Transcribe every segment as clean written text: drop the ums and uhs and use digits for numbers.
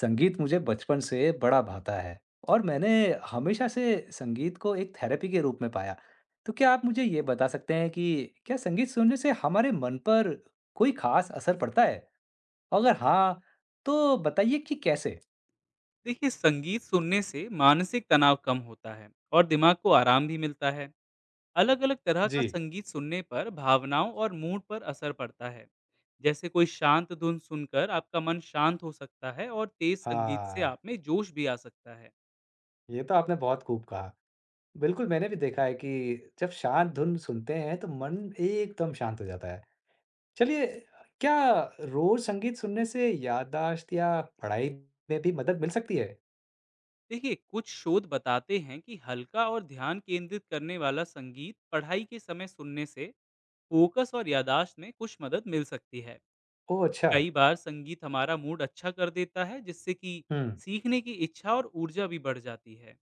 संगीत मुझे बचपन से बड़ा भाता है और मैंने हमेशा से संगीत को एक थेरेपी के रूप में पाया। तो क्या आप मुझे ये बता सकते हैं कि क्या संगीत सुनने से हमारे मन पर कोई खास असर पड़ता है? अगर हाँ, तो बताइए कि कैसे? देखिए संगीत सुनने से मानसिक तनाव कम होता है और दिमाग को आराम भी मिलता है। अलग अलग तरह का जी, संगीत सुनने पर भावनाओं और मूड पर असर पड़ता है। जैसे कोई शांत धुन सुनकर आपका मन शांत हो सकता है और तेज संगीत से हाँ, आप में जोश भी आ सकता है। ये तो आपने बहुत खूब कहा। बिल्कुल, मैंने भी देखा है कि जब शांत धुन सुनते हैं तो मन एकदम शांत हो जाता है। चलिए, क्या रोज संगीत सुनने से याददाश्त या पढ़ाई में भी मदद मिल सकती है? देखिए कुछ शोध बताते हैं कि हल्का और ध्यान केंद्रित करने वाला संगीत पढ़ाई के समय सुनने से फोकस और यादाश्त में कुछ मदद मिल सकती है। ओह! अच्छा। कई बार संगीत हमारा मूड अच्छा कर देता है जिससे कि हुँ। सीखने की इच्छा और ऊर्जा भी बढ़ जाती है।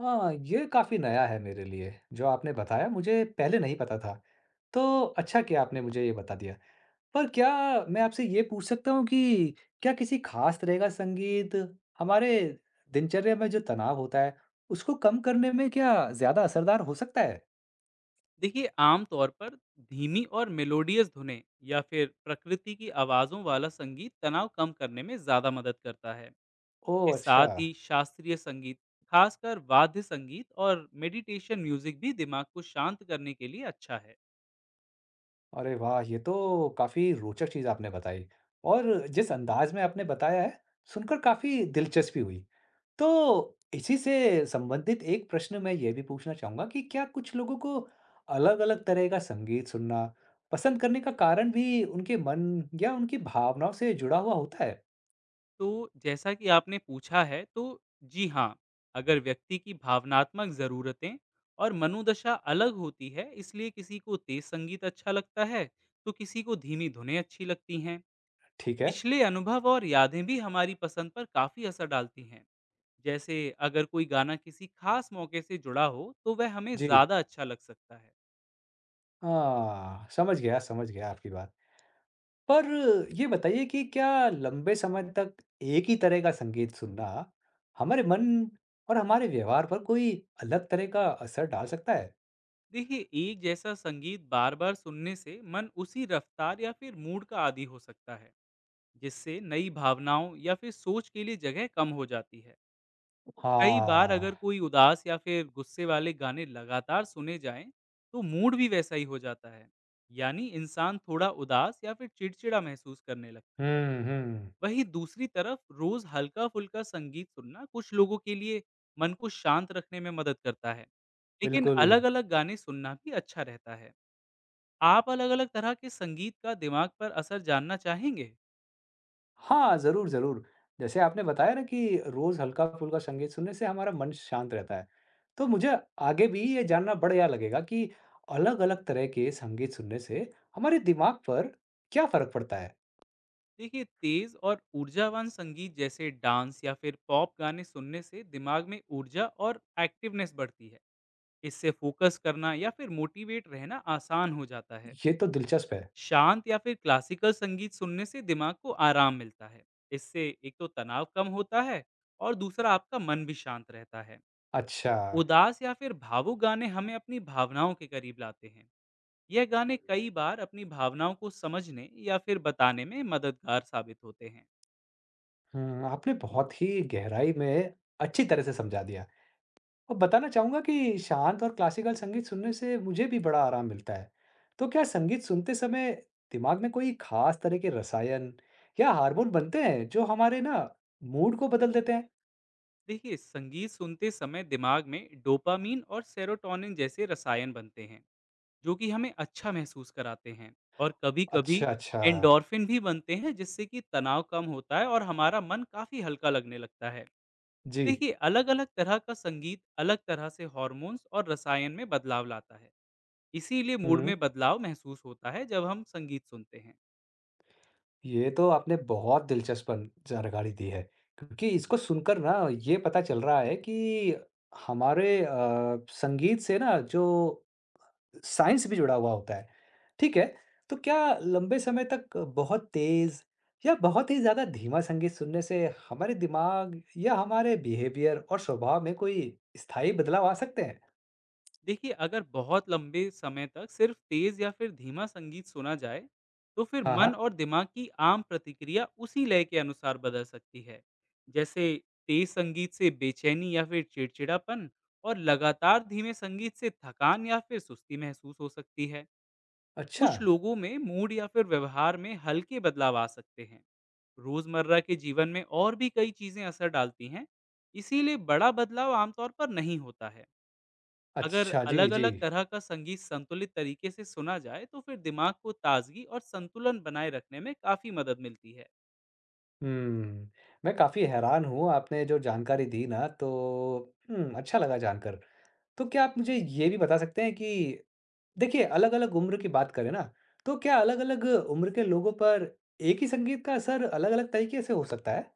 हाँ, ये काफ़ी नया है मेरे लिए, जो आपने बताया मुझे पहले नहीं पता था। तो अच्छा किया आपने मुझे ये बता दिया। पर क्या मैं आपसे ये पूछ सकता हूँ कि क्या किसी ख़ास तरह का संगीत हमारे दिनचर्या में जो तनाव होता है, उसको कम करने में क्या ज़्यादा असरदार हो सकता है? देखिए आमतौर पर धीमी और मेलोडियस धुनें या फिर प्रकृति की आवाज़ों वाला संगीत तनाव कम करने में ज़्यादा मदद करता है। ओह! इस साथ अच्छा। ही शास्त्रीय संगीत, खासकर वाद्य संगीत और मेडिटेशन म्यूजिक भी दिमाग को शांत करने के लिए अच्छा है। अरे वाह! ये तो काफ़ी रोचक चीज़ आपने बताई और जिस अंदाज़ में आपने बताया है, सुनकर काफ़ी दिलचस्पी हुई। तो इसी से संबंधित एक प्रश्न मैं ये भी पूछना चाहूँगा कि क्या कुछ लोगों को अलग-अलग तरह का संगीत सुनना पसंद करने का कारण भी उनके मन या उनकी भावनाओं से जुड़ा हुआ होता है? तो जैसा कि आपने पूछा है तो जी हाँ, अगर व्यक्ति की भावनात्मक ज़रूरतें और मनोदशा अलग होती है इसलिए किसी को तेज संगीत अच्छा लगता है तो किसी को धीमी धुनें अच्छी लगती हैं। ठीक है। पिछले अनुभव और यादें भी हमारी पसंद पर काफ़ी असर डालती हैं। जैसे अगर कोई गाना किसी खास मौके से जुड़ा हो तो वह हमें जी। ज़्यादा अच्छा लग सकता है। हाँ, समझ गया आपकी बात। पर ये बताइए कि क्या लंबे समय तक एक ही तरह का संगीत सुनना हमारे मन और हमारे व्यवहार पर कोई अलग तरह का असर डाल सकता है? देखिए एक जैसा संगीत बार बार सुनने से मन उसी रफ्तार या फिर मूड का आदी हो सकता है जिससे नई भावनाओं या फिर सोच के लिए जगह कम हो जाती है। कई बार अगर हाँ, कोई उदास या फिर गुस्से वाले गाने लगातार सुने जाएं, तो मूड भी वैसा ही हो जाता है। यानी इंसान थोड़ा उदास या फिर चिड़चिड़ा महसूस करने लगता है। हम्म हम्म, वहीं दूसरी तरफ रोज हल्का-फुल्का संगीत सुनना कुछ लोगों के लिए मन को शांत रखने में मदद करता है। लेकिन बिल्कुल। अलग-अलग गाने सुनना भी अच्छा रहता है। आप अलग-अलग तरह के संगीत का दिमाग पर असर जानना चाहेंगे? हाँ, ज़रूर ज़रूर। जैसे आपने बताया ना कि रोज़ हल्का-फुल्का संगीत सुनने से हमारा मन शांत रहता है। तो मुझे आगे भी ये जानना बढ़िया लगेगा कि अलग-अलग तरह के संगीत सुनने से हमारे दिमाग पर क्या फ़र्क पड़ता है? देखिए तेज और ऊर्जावान संगीत जैसे डांस या फिर पॉप गाने सुनने से दिमाग में ऊर्जा और एक्टिवनेस बढ़ती है। इससे फोकस करना या फिर मोटिवेट रहना आसान हो जाता है। ये तो दिलचस्प है। शांत या फिर क्लासिकल संगीत सुनने से दिमाग को आराम मिलता है। इससे एक तो तनाव कम होता है और दूसरा आपका मन भी शांत रहता है। अच्छा। उदास या फिर भावुक गाने हमें अपनी भावनाओं के करीब लाते हैं। यह गाने कई बार अपनी भावनाओं को समझने या फिर बताने में मददगार साबित होते हैं। आपने बहुत ही गहराई में अच्छी तरह से समझा दिया और बताना चाहूँगा कि शांत और क्लासिकल संगीत सुनने से मुझे भी बड़ा आराम मिलता है। तो क्या संगीत सुनते समय दिमाग में कोई खास तरह के रसायन या हार्मोन बनते हैं जो हमारे ना मूड को बदल देते हैं? देखिए संगीत सुनते समय दिमाग में डोपामीन और सेरोटोनिन जैसे रसायन बनते हैं जो कि हमें अच्छा महसूस कराते हैं और कभी कभी अच्छा, अच्छा। एंडोर्फिन भी बनते हैं जिससे कि तनाव कम होता है और हमारा मन काफी हल्का लगने लगता है। जी। देखिए अलग अलग तरह का संगीत अलग तरह से हॉर्मोन्स और रसायन में बदलाव लाता है। इसीलिए मूड हुँ, में बदलाव महसूस होता है जब हम संगीत सुनते हैं। ये तो आपने बहुत दिलचस्प बन जानकारी दी है, क्योंकि इसको सुनकर ना ये पता चल रहा है कि हमारे संगीत से ना जो साइंस भी जुड़ा हुआ होता है, ठीक है? तो क्या लंबे समय तक बहुत तेज़ या बहुत ही ज़्यादा धीमा संगीत सुनने से हमारे दिमाग या हमारे बिहेवियर और स्वभाव में कोई स्थायी बदलाव आ सकते हैं? देखिए अगर बहुत लंबे समय तक सिर्फ तेज या फिर धीमा संगीत सुना जाए तो फिर हाँ, मन हाँ। और दिमाग की आम प्रतिक्रिया उसी लय के अनुसार बदल सकती है। जैसे तेज संगीत से बेचैनी या फिर चिड़चिड़ापन और लगातार धीमे संगीत से थकान या फिर सुस्ती महसूस हो सकती है। अच्छा, कुछ लोगों में मूड या फिर व्यवहार में हल्के बदलाव आ सकते हैं। रोजमर्रा के जीवन में और भी कई चीजें असर डालती हैं। इसीलिए बड़ा बदलाव आमतौर पर नहीं होता है। अगर अच्छा, जी, जी। अलग-अलग तरह का संगीत संतुलित तरीके से सुना जाए तो फिर दिमाग को ताजगी और संतुलन बनाए रखने में काफ़ी मदद मिलती है। हुँ, मैं काफ़ी हैरान हूँ, आपने जो जानकारी दी ना। तो अच्छा लगा जानकर। तो क्या आप मुझे ये भी बता सकते हैं कि देखिए, अलग-अलग उम्र की बात करें ना, तो क्या अलग-अलग उम्र के लोगों पर एक ही संगीत का असर अलग-अलग तरीके से हो सकता है?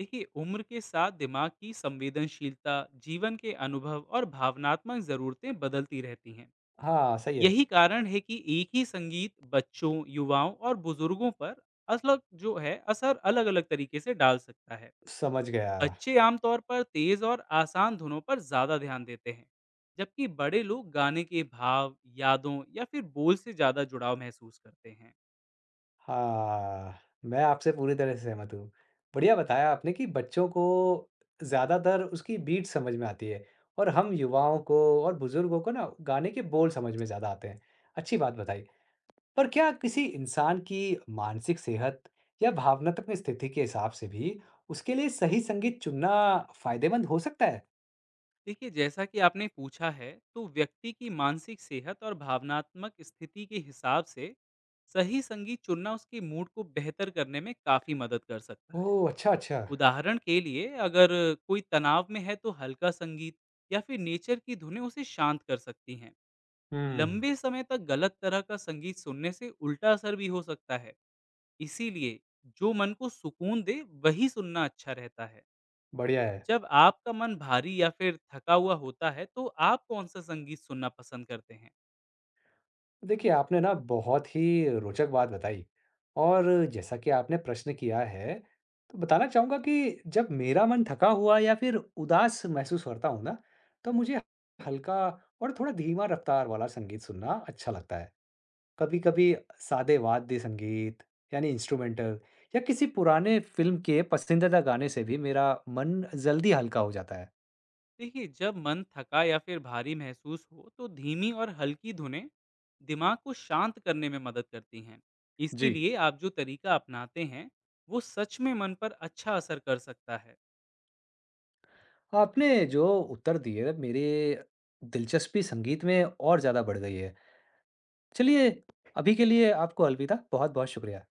देखिए उम्र के साथ दिमाग की संवेदनशीलता, जीवन के अनुभव और भावनात्मक ज़रूरतें बदलती रहती हैं। हाँ, सही है। यही कारण है कि एक ही संगीत बच्चों, युवाओं और बुजुर्गों पर असलग जो है असर अलग-अलग तरीके से डाल सकता है। समझ गया। बच्चे आमतौर पर तेज और आसान धुनों पर ज्यादा ध्यान देते हैं जबकि बड़े लोग गाने के भाव यादों या फिर बोल से ज्यादा जुड़ाव महसूस करते हैं। हाँ, मैं आपसे पूरी तरह से सहमत हूँ। बढ़िया बताया आपने कि बच्चों को ज़्यादातर उसकी बीट समझ में आती है और हम युवाओं को और बुज़ुर्गों को ना गाने के बोल समझ में ज़्यादा आते हैं। अच्छी बात बताई। पर क्या किसी इंसान की मानसिक सेहत या भावनात्मक स्थिति के हिसाब से भी उसके लिए सही संगीत चुनना फायदेमंद हो सकता है? देखिए जैसा कि आपने पूछा है तो व्यक्ति की मानसिक सेहत और भावनात्मक स्थिति के हिसाब से सही संगीत चुनना उसके मूड को बेहतर करने में काफी मदद कर सकता है। ओह! अच्छा, अच्छा। उदाहरण के लिए अगर कोई तनाव में है तो हल्का संगीत या फिर नेचर की धुनें उसे शांत कर सकती हैं। हुँ, लंबे समय तक गलत तरह का संगीत सुनने से उल्टा असर भी हो सकता है। इसीलिए जो मन को सुकून दे वही सुनना अच्छा रहता है। बढ़िया है। जब आपका मन भारी या फिर थका हुआ होता है तो आप कौन सा संगीत सुनना पसंद करते हैं? देखिए, आपने ना बहुत ही रोचक बात बताई और जैसा कि आपने प्रश्न किया है, तो बताना चाहूँगा कि जब मेरा मन थका हुआ या फिर उदास महसूस करता हूँ ना, तो मुझे हल्का और थोड़ा धीमा रफ़्तार वाला संगीत सुनना अच्छा लगता है। कभी कभी सादे वाद्य संगीत यानी इंस्ट्रूमेंटल या किसी पुराने फिल्म के पसंदीदा गाने से भी मेरा मन जल्दी हल्का हो जाता है। देखिए जब मन थका या फिर भारी महसूस हो तो धीमी और हल्की धुनें दिमाग को शांत करने में मदद करती हैं। जी। इसीलिए आप जो तरीका अपनाते हैं वो सच में मन पर अच्छा असर कर सकता है। आपने जो उत्तर दिए मेरे, दिलचस्पी संगीत में और ज़्यादा बढ़ गई है। चलिए, अभी के लिए आपको अलविदा। बहुत बहुत शुक्रिया।